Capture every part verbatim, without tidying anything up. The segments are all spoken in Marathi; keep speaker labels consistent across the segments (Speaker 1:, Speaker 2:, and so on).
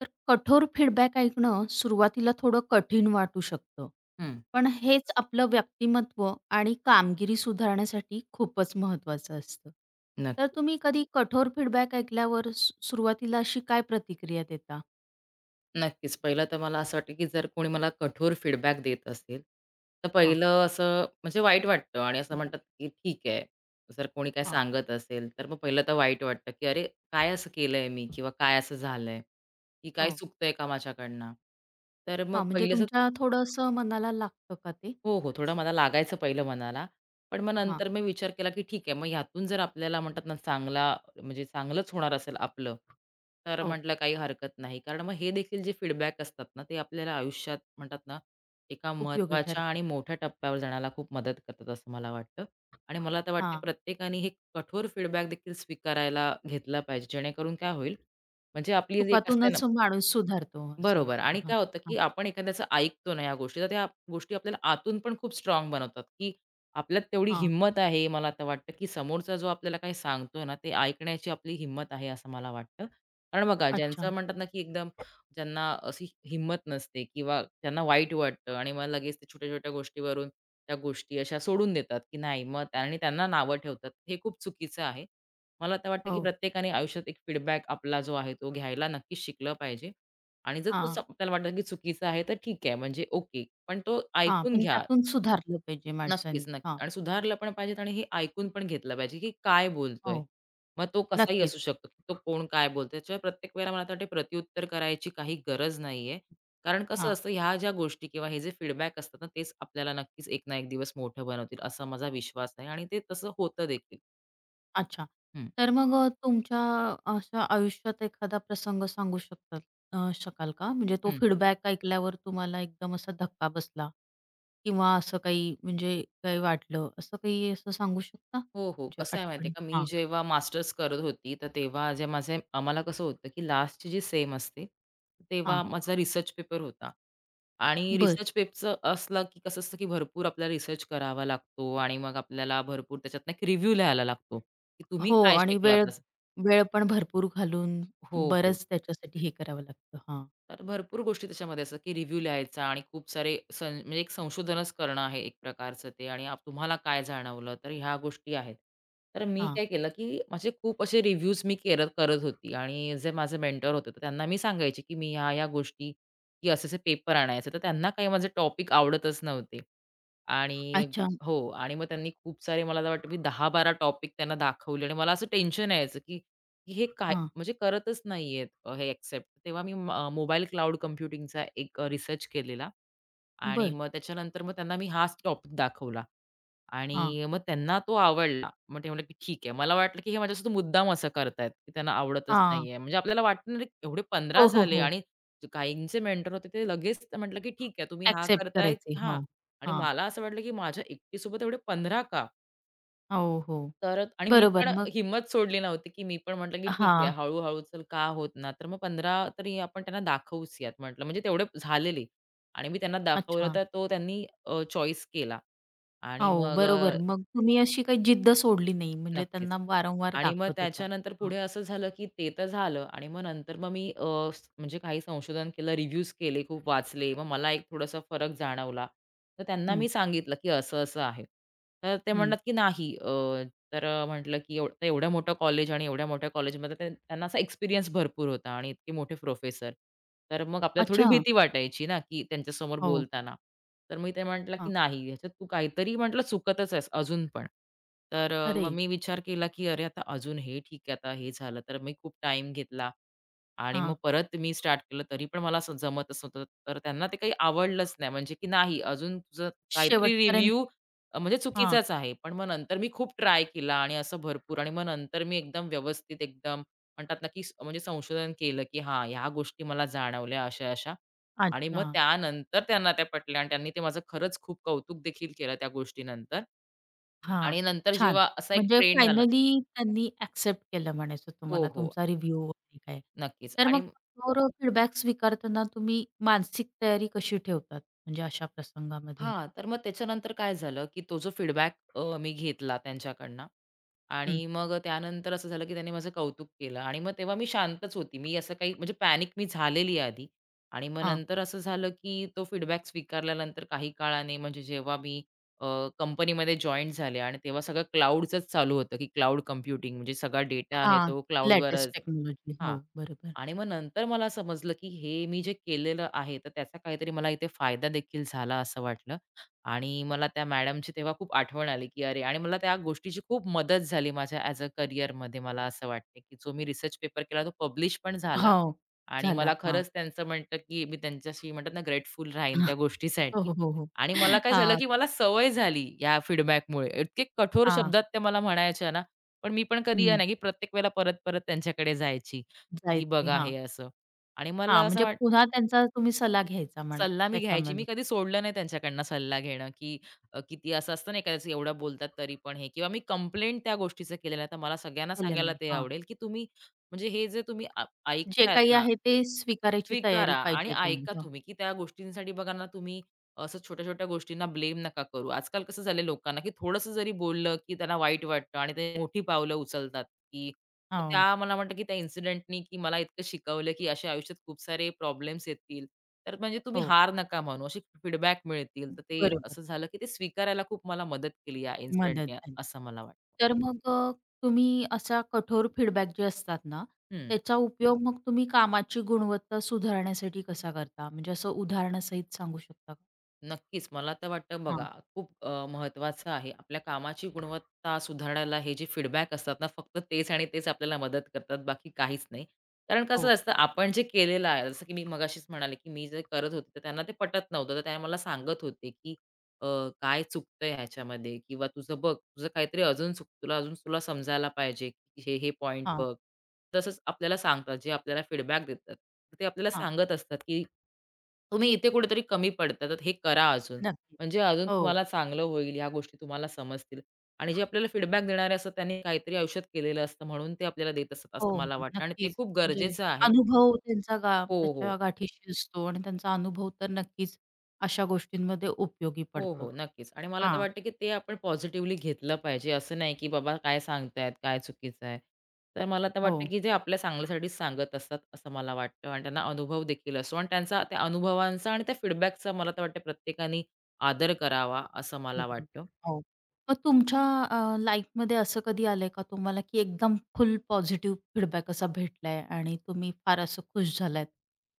Speaker 1: तर कठोर फीडबॅक ऐकणं सुरुवातीला थोडं कठीण वाटू शकतं.
Speaker 2: हं.
Speaker 1: पण हेच आपलं व्यक्तिमत्व आणि कामगिरी सुधारण्यासाठी खूपच महत्त्वाचं असतं. तर
Speaker 2: नक्की,
Speaker 1: तुम्ही कधी कठोर फीडबॅक ऐकल्यावर सु सुरुवातीला अशी काय प्रतिक्रिया देता?
Speaker 2: नक्कीच. पहिलं तर मला असं वाटतं, की जर कोणी मला कठोर फीडबॅक देत असेल, तर
Speaker 1: हां.
Speaker 2: पहिलं असं म्हणजे वाईट वाटतं आणि असं म्हणतात, की ठीक आहे. जर कोणी काय
Speaker 1: हां.
Speaker 2: सांगत असेल, तर मग पहिलं तर वाईट वाटतं, की "अरे, काय असं केलंय मी?" किंवा "काय असं झालंय? की काय
Speaker 1: हो.
Speaker 2: चुकतंय का माझ्याकडनं?" तर मग
Speaker 1: हां, म्हणजे
Speaker 2: पहिलेच
Speaker 1: तुमच्या थोडं असं मनाला लागतं का ते?
Speaker 2: हो, हो. थोडं मला लागायचं पहिलं मनाला. पण मग
Speaker 1: हां.
Speaker 2: नंतर मी विचार केला, की ठीक आहे, मग ह्यातून जर आपल्याला म्हणतात ना चांगला म्हणजे चांगलंच होणार असेल आपलं, तर
Speaker 1: हो.
Speaker 2: म्हटलं काही हरकत नाही. कारण मग हे देखील जे फीडबॅक असतात ना, ते आपल्याला आयुष्यात म्हणतात ना, एका
Speaker 1: उपयोगी
Speaker 2: महत्त्वाच्या
Speaker 1: ठरतात.
Speaker 2: आणि मोठ्या टप्प्यावर जाण्याला खूप मदत करतात असं मला वाटतं. आणि मला तर वाटते
Speaker 1: हां.
Speaker 2: प्रत्येकाने हे कठोर फीडबॅक देखील स्वीकारायला घेतला पाहिजे. जेणेकरून काय होईल, म्हणजे आपली जी एक असते ना
Speaker 1: चुकातूनच माणूस सुधारतो असं
Speaker 2: बरोबर
Speaker 1: असतं.
Speaker 2: आणि
Speaker 1: हां,
Speaker 2: काय होतं,
Speaker 1: हां,
Speaker 2: की आपण एखाद्याचं ऐकतो ना या गोष्टी, तर त्या गोष्टी आपल्याला आतून पण खूप स्ट्राँग बनवतात, की आपल्यात तेवढी
Speaker 1: हां.
Speaker 2: हिंमत आहे. मला आता वाटतं, की समोरचा जो आपल्याला काही सांगतोय ना, ते ऐकण्याची आपली हिंमत आहे असं मला वाटतं. कारण बघा ज्यांचं
Speaker 1: अच्छा.
Speaker 2: म्हणतात ना, की एकदम ज्यांना अशी हिंमत नसते किंवा त्यांना वाईट वाटतं आणि मग लगेच ते छोट्या-छोट्या गोष्टीवरून त्या गोष्टी अशा सोडून देतात, की नाही मग त्या- आणि त्यांना नावं ठेवतात. हे खूप चुकीचं आहे. मला तर वाटतं, की
Speaker 1: हो.
Speaker 2: प्रत्येकाने आयुष्यात एक फीडबॅक आपला जो आहे तो घ्यायला नक्कीच शिकलं पाहिजे. आणि जर तो स
Speaker 1: हां,
Speaker 2: आपल्याला वाटलं की चुकीचा आहे, तर ठीक आहे म्हणजे ओके. पण तो
Speaker 1: हां.
Speaker 2: ऐकून
Speaker 1: पण
Speaker 2: घ्या.
Speaker 1: त्यातून सुधारलं पाहिजे
Speaker 2: नक्कीच,
Speaker 1: माणसानी.
Speaker 2: नक्कीच
Speaker 1: हां.
Speaker 2: आणि सुधारलं पण पाहिजेत आणि हे ऐकून पण घेतलं पाहिजे की काय
Speaker 1: हो,
Speaker 2: बोलतोय. मग तो कसाही
Speaker 1: नक्कीच.
Speaker 2: असू शकतो, की तो कोण काय बोलतोय. त्याच्यामुळे प्रत्येक वेळेला मला तर वाटते प्रत्युत्तर करायची काही गरज नाहीये. कारण कसं
Speaker 1: हां,
Speaker 2: असतं ह्या ज्या गोष्टी किंवा हे जे फीडबॅक असतात ना, तेच आपल्याला नक्कीच एक ना एक दिवस मोठं बनवतील असा माझा विश्वास आहे आणि ते तसं होतं देखील.
Speaker 1: अच्छा.
Speaker 2: हं.
Speaker 1: तर मग अ, तुमच्या अशा आयुष्यात एखादा प्रसंग सांगू शकतात अ, शकाल का? म्हणजे तो फीडबॅक ऐकल्यावर तुम्हाला एकदम असा धक्का बसला किंवा असं काही म्हणजे काही वाटलं, असं काही असं सांगू शकता?
Speaker 2: हो, हो.
Speaker 1: म्हणजे
Speaker 2: कसं आहे माहिती आहे
Speaker 1: आठवण?
Speaker 2: का, मी
Speaker 1: हां,
Speaker 2: जेव्हा मास्टर्स करत होती, तर तेव्हा जे माझे आम्हाला कसं होतं, की लास्टची जी सेम असते, तेव्हा
Speaker 1: हां.
Speaker 2: माझा रिसर्च पेपर होता. आणि
Speaker 1: बरं.
Speaker 2: रिसर्च पेपरचं असलं, की कसं असतं, की भरपूर आपल्याला रिसर्च करावा लागतो आणि मग आपल्याला भरपूर त्याच्यातनं एक रिव्ह्यू लिहायला लागतो, की तुम्ही
Speaker 1: हो
Speaker 2: काय
Speaker 1: आणि वेळ
Speaker 2: शिकलात असं.
Speaker 1: वेळ पण भरपूर घालून
Speaker 2: हो, हो.
Speaker 1: बरंच त्याच्यासाठी हे करावं लागतं. हां,
Speaker 2: तर भरपूर गोष्टी त्याच्यामध्ये असतात की रिव्ह्यू लिहायचा आणि खूप सारे सं म्हणजे एक संशोधनच करणं आहे एक प्रकारचं ते आणि आप- तुम्हाला काय जाणवलं तर ह्या गोष्टी आहेत तर मी
Speaker 1: हां.
Speaker 2: काय केलं की माझे खूप असे रिव्ह्यूज मी करत करत होती आणि जे माझे मेंटर होते तर त्यांना मी सांगायचे की मी ह्या या गोष्टी की असे असे पेपर आणायचे तर त्यांना काही माझे टॉपिक आवडतच नव्हते आणि
Speaker 1: अच्छा.
Speaker 2: हो आणि मग त्यांनी खूप सारे मला तर वाटतं की दहा बारा टॉपिक त्यांना दाखवले आणि मला असं टेन्शन यायचं, की की हे काय
Speaker 1: हां,
Speaker 2: म्हणजे करतच नाहीयेत अ, हे एक्सेप्ट. तेव्हा मी म मोबाईल क्लाउड कम्प्युटिंगचा एक अ, रिसर्च केलेला आणि
Speaker 1: बरं.
Speaker 2: मग त्याच्यानंतर मग त्यांना मी हाच टॉपिक दाखवला.
Speaker 1: हां,
Speaker 2: आणि मग त्यांना तो आवडला. मग ते म्हणाले, की "ठीक आहे." मला वाटलं, की हे माझ्यासोबत मुद्दाम असं करतायत, की त्यांना आवडतच
Speaker 1: हां.
Speaker 2: नाहीये. म्हणजे आपल्याला वाटतं ना, एवढे पंधरा
Speaker 1: हो, हो,
Speaker 2: झाले
Speaker 1: हो.
Speaker 2: आणि काहींचे मेंटर होते ते लगेच म्हटलं, की "ठीक आहे, तुम्ही हा
Speaker 1: एक्सेप्ट
Speaker 2: करताय."
Speaker 1: करायचे.
Speaker 2: हां.
Speaker 1: हो,
Speaker 2: आणि
Speaker 1: हां.
Speaker 2: मला असं वाटलं, की माझ्या एकटीसोबत एवढे पंधरा का?
Speaker 1: हो, हो.
Speaker 2: तर आणि मी पण
Speaker 1: बरोबर मग
Speaker 2: हिंमत सोडली नव्हती, की मी पण म्हटलं, की "ठीक
Speaker 1: हां.
Speaker 2: आहे, हळू-हळू चल का होत ना." तर मग पंधरा तरी आपण त्यांना दाखवूच यात म्हटलं. म्हणजे तेवढे झालेले आणि मी त्यांना दाखवलं
Speaker 1: अच्छा.
Speaker 2: तर तो त्यांनी चॉईस केला आणि
Speaker 1: हो,
Speaker 2: मग
Speaker 1: बरोबर.
Speaker 2: अ
Speaker 1: मग तुम्ही अशी काही जिद्द सोडली नाही म्हणजे
Speaker 2: नक्कीच.
Speaker 1: त्यांना वारंवार
Speaker 2: आणि मग
Speaker 1: दाखवत होता.
Speaker 2: त्याच्यानंतर
Speaker 1: हां.
Speaker 2: पुढे असं झालं, की ते तर झालं आणि मग नंतर मग मी अ, स म्हणजे काही संशोधन केलं, रिव्ह्यूज केले, खूप वाचले. मग मला एक थोडासा फरक जाणवला. तर त्यांना
Speaker 1: हं,
Speaker 2: मी सांगितलं, की असं-असं आहे. तर ते
Speaker 1: हं.
Speaker 2: म्हणतात, की नाही अ तर अ, म्हटलं की एव एवढं आता एवढ्या मोठं कॉलेज आणि एवढ्या मोठ्या कॉलेजमध्ये त्यां त्यांना असा एक्सपिरियन्स भरपूर होता आणि इतके मोठे प्रोफेसर. तर मग आपल्याला थोडी
Speaker 1: अच्छा.
Speaker 2: भीती वाटायची ना, की त्यांच्यासमोर
Speaker 1: हो.
Speaker 2: बोलताना. तर मी ते म्हटलं की
Speaker 1: हां.
Speaker 2: "नाही, ह्याच्यात तू काहीतरी" म्हटलं "चुकतच आहेस अजून पण." तर अ,
Speaker 1: अरे!
Speaker 2: मग मी विचार केला की "अरे, आता अजून हे ठीक आहे, आता हे झालं." तर मी खूप टाईम घेतला. आणि
Speaker 1: हां.
Speaker 2: मग परत मी स्टार्ट केलं तरी पण मला असं जमतच नव्हतं. तर त्यांना ते काही आवडलंच नाही म्हणजे की नाही अजून तुझं काहीतरी
Speaker 1: शेवटपर्यंत
Speaker 2: रिव्ह्यू अ, म्हणजे
Speaker 1: हां.
Speaker 2: चुकीचाच आहे. पण मग नंतर मी खूप ट्राय केला आणि असं भरपूर आणि मग नंतर मी एकदम व्यवस्थित एकदम म्हणतात ना, की स- म्हणजे संशोधन केलं, की हां, ह्या गोष्टी मला जाणवल्या अशा-अशा आणि
Speaker 1: अच्छा.
Speaker 2: मग त्यानंतर त्यांना त्या पटल्या आणि त्यांनी ते माझं खरंच खूप कौतुक देखील केलं त्या गोष्टीनंतर.
Speaker 1: हां.
Speaker 2: आणि नंतर
Speaker 1: छान.
Speaker 2: जेव्हा असा एक
Speaker 1: म्हणजे
Speaker 2: ट्रेंड आला
Speaker 1: फायनली त्यांनी एक्सेप्ट केलं म्हणायचं
Speaker 2: हो,
Speaker 1: तुम्हाला
Speaker 2: हो.
Speaker 1: तुमचा रिव्ह्यू आणि काय.
Speaker 2: नक्कीच
Speaker 1: तर
Speaker 2: आणि
Speaker 1: मग कठोर फीडबॅक स्वीकारताना तुम्ही मानसिक तयारी कशी ठेवतात म्हणजे अशा प्रसंगामध्ये?
Speaker 2: हां, तर मग त्याच्यानंतर काय झालं, की तो जो फीडबॅक मी घेतला त्यांच्याकडनं
Speaker 1: हं.
Speaker 2: आणि मग अ, त्यानंतर असं झालं, की त्यांनी माझं कौतुक केलं आणि मग तेव्हा मी शांतच होती. मी असं काही म्हणजे पॅनिक मी झालेली आधी आणि मग
Speaker 1: हां.
Speaker 2: नंतर असं झालं, की तो फीडबॅक स्वीकारल्यानंतर काही काळाने म्हणजे जेव्हा मी कंपनीमध्ये जॉइन झाले आणि तेव्हा सगळं क्लाउडचंच चालू होतं, की क्लाउड कम्प्युटिंग म्हणजे सगळा डेटा आहे
Speaker 1: हां,
Speaker 2: तो क्लाउडवर
Speaker 1: लेटेस्ट टेक्नॉलॉजी.
Speaker 2: हां.
Speaker 1: हो, बरोबर.
Speaker 2: आणि मग नंतर मला समजलं, की हे मी जे केलेलं आहे, तर त्याचा काहीतरी मला इथे फायदा देखील झाला असं वाटलं. आणि मला त्या मॅडमची तेव्हा खूप आठवण आली, की अरे आणि मला त्या गोष्टीची खूप मदत झाली माझ्या ॲज अ करिअरमध्ये मला असं वाटते, की जो मी रिसर्च पेपर केला तो पब्लिश पण झाला.
Speaker 1: हो,
Speaker 2: आणि मला
Speaker 1: झाला. हां.
Speaker 2: खरंच त्यांचं म्हटलं, की मी त्यांच्याशी म्हणतात ना ग्रेटफुल राहीन त्या
Speaker 1: हो,
Speaker 2: गोष्टीसाठी.
Speaker 1: हो, हो, हो.
Speaker 2: आणि मला काय झालं,
Speaker 1: हां,
Speaker 2: की मला सवय झाली या फीडबॅकमुळे. इतके कठोर
Speaker 1: हां.
Speaker 2: शब्दात ते मला म्हणायच्या ना, पण मी पण कधी या
Speaker 1: हं.
Speaker 2: नाही, की प्रत्येक वेळेला परत-परत त्यांच्याकडे जायची. की
Speaker 1: जायची.
Speaker 2: बघा
Speaker 1: हां,
Speaker 2: हे असं. आणि मला
Speaker 1: हां,
Speaker 2: असं
Speaker 1: म्हणजे
Speaker 2: वाट
Speaker 1: पुन्हा त्यांचा तुम्ही सल्ला घ्यायचा म्हणा
Speaker 2: सल्ला मी घ्यायची. मी
Speaker 1: त्याच्यामध्ये
Speaker 2: कधी सोडलं नाही त्यांच्याकडनं सल्ला घेणं, की अ, किती असं असतं ना एखाद्याचं एवढं बोलतात तरी पण हे किंवा मी कंप्लेंट त्या गोष्टीचं केलेलं आहे. तर मला सगळ्यांना
Speaker 1: केलं
Speaker 2: सांगायला
Speaker 1: नाही.
Speaker 2: ते
Speaker 1: हां,
Speaker 2: आवडेल, की तुम्ही म्हणजे हे जे तुम्ही आ
Speaker 1: जे
Speaker 2: ऐकतायत
Speaker 1: काही
Speaker 2: ना,
Speaker 1: आहे ते स्वीकारायची तयारी
Speaker 2: स्वीकारा आणि
Speaker 1: पाहिजे तुम्ही.
Speaker 2: ऐका
Speaker 1: हं,
Speaker 2: तुम्ही, की त्या गोष्टींसाठी बघा ना तुम्ही असं छोट्या-छोट्या गोष्टींना ब्लेम नका करू. आजकाल कसं झालं लोकांना, की थोडंसं जरी बोललं, की त्यांना वाईट वाटतं आणि ते मोठी पावलं उचलतात, की तर
Speaker 1: हो,
Speaker 2: त्या मला वाटतं, की त्या इन्सिडेंटनी, की मला इतकं शिकवलं, की अशा आयुष्यात खूप सारे प्रॉब्लेम्स येतील. तर म्हणजे तुम्ही
Speaker 1: हो,
Speaker 2: हार नका मानू, असे फीडबॅक मिळतील. तर ते
Speaker 1: बरोबर.
Speaker 2: असं झालं, की ते स्वीकारायला खूप मला मदत केली या
Speaker 1: मदत
Speaker 2: इन्सिडेंटने,
Speaker 1: झाली.
Speaker 2: असं मला वाटतं.
Speaker 1: तर मग अ, तुम्ही असा कठोर फीडबॅक जे असतात ना,
Speaker 2: हं.
Speaker 1: त्याचा उपयोग मग तुम्ही कामाची गुणवत्ता सुधारण्यासाठी कसा करता? म्हणजे असं उदाहरणासहित सांगू शकता का?
Speaker 2: नक्कीच. मला तर वाटतं
Speaker 1: हां.
Speaker 2: बघा, खूप अ, महत्त्वाचं आहे. आपल्या कामाची गुणवत्ता सुधारण्याला हे जे फीडबॅक असतात ना, फक्त तेच आणि तेच आपल्याला मदत करतात, बाकी काहीच नाही. कारण कसं
Speaker 1: हो.
Speaker 2: असतं, आपण जे केलेलं आहे, जसं की मी मगाशीच म्हणाले, की मी जे करत होते, तर त्यांना ते पटत नव्हतं. तर ते मला सांगत होते, की अ, "काय चुकतंय ह्याच्यामध्ये? किंवा तुझं बघ, तुझं काहीतरी अजून चुकतं. तुला अजून तुला समजायला पाहिजे, की हे, हे पॉइंट
Speaker 1: हां,
Speaker 2: बघ." तसंच आपल्याला सांगतात, जे आपल्याला फीडबॅक देतात. ते आपल्याला
Speaker 1: हां.
Speaker 2: सांगत असतात, की तुम्ही इथे कुठेतरी कमी पडता, तर हे करा अजून.
Speaker 1: नक्कीच.
Speaker 2: म्हणजे अजून
Speaker 1: हो.
Speaker 2: तुम्हाला चांगलं होईल, ह्या गोष्टी तुम्हाला समजतील. आणि जे आपल्याला फीडबॅक देणारे असतात, त्यांनी काहीतरी आयुष्यात केलेलं असतं, म्हणून ते आपल्याला देत असतात,
Speaker 1: हो,
Speaker 2: असं मला
Speaker 1: हो.
Speaker 2: वाटतं आणि ते
Speaker 1: नक्कीच.
Speaker 2: खूप
Speaker 1: म्हणजे
Speaker 2: गरजेचं आहे.
Speaker 1: अनुभव त्यांचा गा
Speaker 2: हो, हो.
Speaker 1: त्याच्या गाठीशी असतो आणि त्यांचा अनुभव तर नक्कीच अशा गोष्टींमध्ये उपयोगी
Speaker 2: हो,
Speaker 1: पडतो.
Speaker 2: हो. नक्कीच आणि मला तर
Speaker 1: हां.
Speaker 2: वाटतं, की ते आपण पॉझिटिव्हली घेतलं पाहिजे. असं नाही, की बाबा काय सांगतायत, काय चुकीचं आहे. तर मला तर
Speaker 1: हो.
Speaker 2: वाटतं, की ते आपल्या चांगल्यासाठीच सांगत असतात, असं मला वाटतं आणि त्यांना अनुभव देखील असतो आणि त्यांचा त्या अनुभवांचा आणि त्या फीडबॅकचा मला तर वाटतं प्रत्येकाने आदर करावा, असं मला
Speaker 1: बरोबर.
Speaker 2: वाटतं.
Speaker 1: हो. मग तुमच्या अ, लाईफमध्ये असं कधी आलंय का तुम्हाला, की एकदम फुल पॉझिटिव्ह फीडबॅक असा भेटलाय आणि तुम्ही फार असं खुश झालात?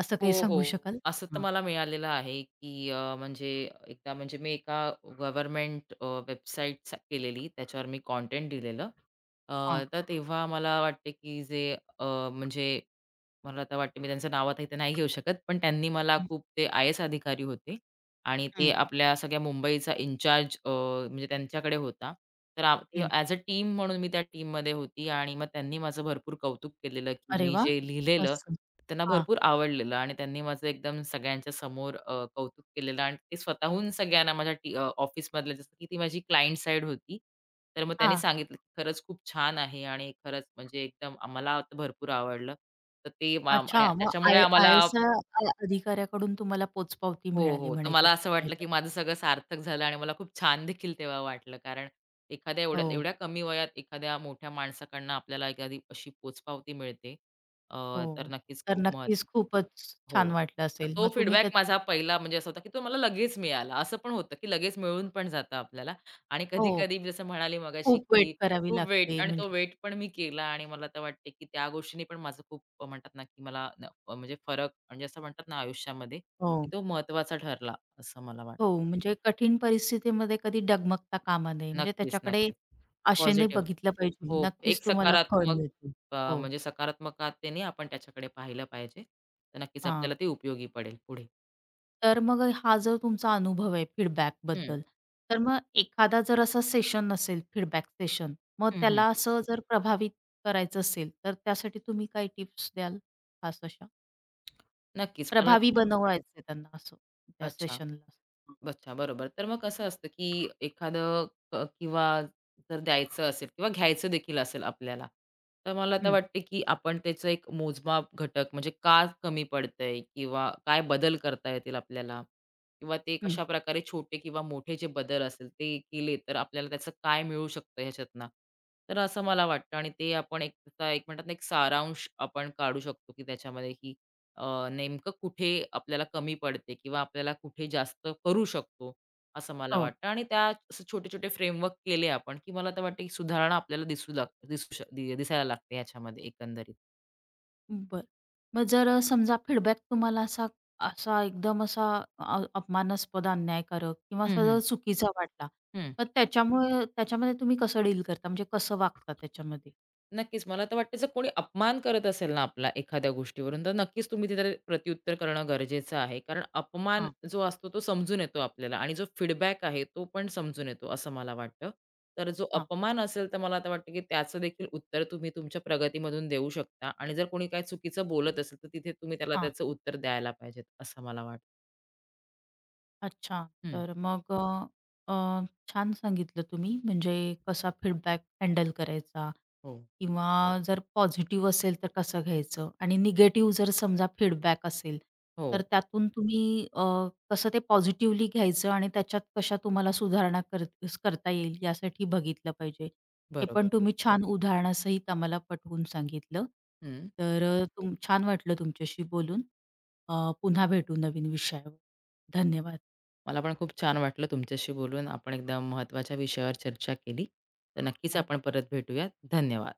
Speaker 1: असं
Speaker 2: हो,
Speaker 1: काही सांगू
Speaker 2: हो.
Speaker 1: शकाल?
Speaker 2: असं तर
Speaker 1: हां,
Speaker 2: मला मिळालेलं आहे, की अ, म्हणजे एकदा म्हणजे मी एका गव्हर्नमेंट वेबसाईट केलेली, त्याच्यावर मी कंटेंट दिलेलं. अ,
Speaker 1: हां.
Speaker 2: तर तेव्हा मला वाटते, की जे अ, म्हणजे मला तर वाटतं मी त्यांचं नाव आता इथे नाही घेऊ शकत, पण त्यांनी मला
Speaker 1: हं,
Speaker 2: खूप ते आय एस अधिकारी होते आणि ते
Speaker 1: हं,
Speaker 2: आपल्या सगळ्या मुंबईचा इन्चार्ज अ, म्हणजे त्यांच्याकडे होता. तर आ
Speaker 1: हं.
Speaker 2: ॲज अ टीम म्हणून मी त्या टीममध्ये होती आणि मग त्यांनी माझं भरपूर कौतुक केलेलं, की
Speaker 1: अरे
Speaker 2: मी
Speaker 1: वाह!
Speaker 2: जे लिहिलेलं
Speaker 1: मस्त.
Speaker 2: त्यांना
Speaker 1: हां,
Speaker 2: भरपूर आवडलेलं आणि त्यांनी माझं एकदम सगळ्यांच्या समोर अ, कौतुक केलेलं आणि ते स्वतःहून सगळ्यांना माझ्या ऑफिसमधल्या जसं की ती माझी क्लायंट साइड होती. तर मग त्यांनी
Speaker 1: हां.
Speaker 2: सांगितलं, की खरंच खूप छान आहे आणि खरंच म्हणजे एकदम आम्हाला तर भरपूर आवडलं. तर ते माम
Speaker 1: अच्छा,
Speaker 2: आणि
Speaker 1: मग
Speaker 2: त्याच्यामुळे
Speaker 1: आय
Speaker 2: आम्हाला
Speaker 1: आय-एस-आय अ, अधिकाऱ्याकडून तुम्हाला पोचपावती
Speaker 2: हो,
Speaker 1: मिळाली
Speaker 2: हो. तर
Speaker 1: म्हणायची
Speaker 2: मला असं
Speaker 1: तुमच्या
Speaker 2: वाटलं, की
Speaker 1: ह्याच्यात.
Speaker 2: माझं सगळं सार्थक झालं आणि मला खूप छान देखील तेव्हा वाटलं. कारण एखाद्या एवढ्या
Speaker 1: हो,
Speaker 2: एवढ्या कमी वयात एखाद्या मोठ्या माणसाकडनं आपल्याला एखादी अशी पोचपावती मिळते. अ,
Speaker 1: हो.
Speaker 2: तर नक्कीच
Speaker 1: तर
Speaker 2: खूप महत्त्वाचं.
Speaker 1: नक्कीच खूपच छान
Speaker 2: हो.
Speaker 1: वाटलं
Speaker 2: तर
Speaker 1: असेल.
Speaker 2: तो
Speaker 1: मग तुम्ही
Speaker 2: फीडबॅक
Speaker 1: त्यात
Speaker 2: माझा पहिला म्हणजे असा होता, की तो मला लगेच मिळाला. असं पण होतं, की लगेच मिळून पण जातं आपल्याला आणि
Speaker 1: हो,
Speaker 2: कधी-कधी मी जसं म्हणाले मगाशी,
Speaker 1: खूप वेट
Speaker 2: की
Speaker 1: करावी
Speaker 2: खूप वेट
Speaker 1: लागते
Speaker 2: आणि तो
Speaker 1: म्हणजे
Speaker 2: वेट पण मी केला आणि मला तर वाटते, की त्या गोष्टीने पण माझं खूप अ, म्हणतात ना, की मला न अ, म्हणजे फरक म्हणजे असं म्हणतात ना आयुष्यामध्ये,
Speaker 1: हो,
Speaker 2: की तो महत्त्वाचा ठरला असं मला वाटतं.
Speaker 1: हो. म्हणजे कठीण परिस्थितीमध्ये कधी डगमगता कामा नये. म्हणजे
Speaker 2: नक्कीच,
Speaker 1: त्याच्याकडे
Speaker 2: नक्कीच.
Speaker 1: आशेने
Speaker 2: पॉझिटिव्ह
Speaker 1: बघितलं पाहिजे.
Speaker 2: हो, एक
Speaker 1: नक्कीच तुम्हाला फळ
Speaker 2: सकारात्मक
Speaker 1: मिळतील.
Speaker 2: अ,
Speaker 1: हो,
Speaker 2: म्हणजे सकारात्मकतेने आपण त्याच्याकडे पाहिलं पाहिजे. तर नक्कीच आपल्याला
Speaker 1: हां.
Speaker 2: ते उपयोगी पडेल पुढे.
Speaker 1: तर मग हा जो तुमचा अनुभव आहे
Speaker 2: हं,
Speaker 1: फीडबॅकबद्दल, तर मग एखादा जर असा सेशन असेल फीडबॅक सेशन, मग
Speaker 2: हं, हं.
Speaker 1: त्याला असं जर प्रभावित करायचं असेल, तर त्यासाठी तुम्ही काय टिप्स द्याल खास अशा?
Speaker 2: नक्कीच मला
Speaker 1: प्रभावी बनवायचंय त्यांना असं त्या
Speaker 2: अच्छा.
Speaker 1: सेशनला.
Speaker 2: अच्छा, बरोबर. तर मग कसं असतं, की एखादं क किंवा जर द्यायचं असेल किंवा घ्यायचं देखील असेल आपल्याला, तर मला तर
Speaker 1: हं,
Speaker 2: वाटते, की आपण त्याचं एक मोजमाप घटक म्हणजे का कमी पडतंय किंवा काय बदल करता येतील आपल्याला किंवा ते
Speaker 1: हं.
Speaker 2: कशाप्रकारे छोटे किंवा मोठे जे बदल असेल ते केले, तर आपल्याला त्याचं काय मिळू शकतं ह्याच्यातनं. तर असं मला वाटतं आणि ते आपण एक त्याचा एक म्हणतात ना, एक सारांश आपण काढू शकतो, की त्याच्यामध्ये, की अ, नेमकं कुठे आपल्याला कमी पडते किंवा आपल्याला कुठे जास्त करू शकतो, असं मला
Speaker 1: हो,
Speaker 2: वाटतं आणि त्या असे छोटे-छोटे फ्रेमवर्क केले आपण, की मला तर वाटतं, की सुधारणा आपल्याला दिसू लाग दिसू शक दि दिसायला लागते ह्याच्यामध्ये एकंदरीत.
Speaker 1: बरं. मग जर अ, समजा फीडबॅक तुम्हाला असा असा एकदम असा अ, अपमानास्पद, अन्यायकारक किंवा
Speaker 2: हं,
Speaker 1: असा
Speaker 2: हं.
Speaker 1: जर चुकीचा वाटला, तर त्याच्यामुळे त्याच्यामध्ये तुम्ही कसं डील करता? म्हणजे कसं वागता त्याच्यामध्ये?
Speaker 2: नक्कीच. मला तर वाटतं जर कोणी अपमान करत असेल ना आपला एखाद्या गोष्टीवरून, तर नक्कीच तुम्ही तिथे प्रत्युत्तर करणं गरजेचं आहे. कारण अपमान
Speaker 1: हां,
Speaker 2: जो असतो तो समजून येतो आपल्याला आणि जो फीडबॅक आहे तो पण समजून येतो असं मला वाटतं. तर जो अपमान असेल तर मला आता वाटतं की त्याचं देखील उत्तर तुम्ही तुमच्या प्रगतीमधून देऊ शकता आणि जर कोणी काही चुकीचं बोलत असेल तर तिथे तुम्ही त्याला
Speaker 1: अ.
Speaker 2: त्याचं उत्तर द्यायला पाहिजेत असं मला वाटतं.
Speaker 1: अच्छा.
Speaker 2: हं.
Speaker 1: तर मग अ, अ, छान सांगितलं तुम्ही म्हणजे कसा फीडबॅक हँडल करायचा
Speaker 2: हो.
Speaker 1: किंवा जर पॉझिटिव्ह असेल तर कसं घ्यायचं आणि निगेटिव्ह जर समजा फीडबॅक असेल,
Speaker 2: हो.
Speaker 1: तर त्यातून तुम्ही अ, कसं ते पॉझिटिव्हली घ्यायचं आणि त्याच्यात कशा तुम्हाला सुधारणा कर करता येईल यासाठी बघितलं पाहिजे. हे
Speaker 2: बरोबर.
Speaker 1: पण तुम्ही हो. छान उदाहरणासहित आम्हाला पटवून सांगितलं.
Speaker 2: हं.
Speaker 1: तर अ, तुम छान वाटलं तुमच्याशी बोलून. अ, पुन्हा भेटू नवीन विषयावर. धन्यवाद.
Speaker 2: मला पण खूप छान वाटलं तुमच्याशी बोलून. आपण एकदम महत्त्वाच्या विषयावर चर्चा केली. तर नक्कीच
Speaker 1: हो.
Speaker 2: आपण परत भेटूयात. धन्यवाद.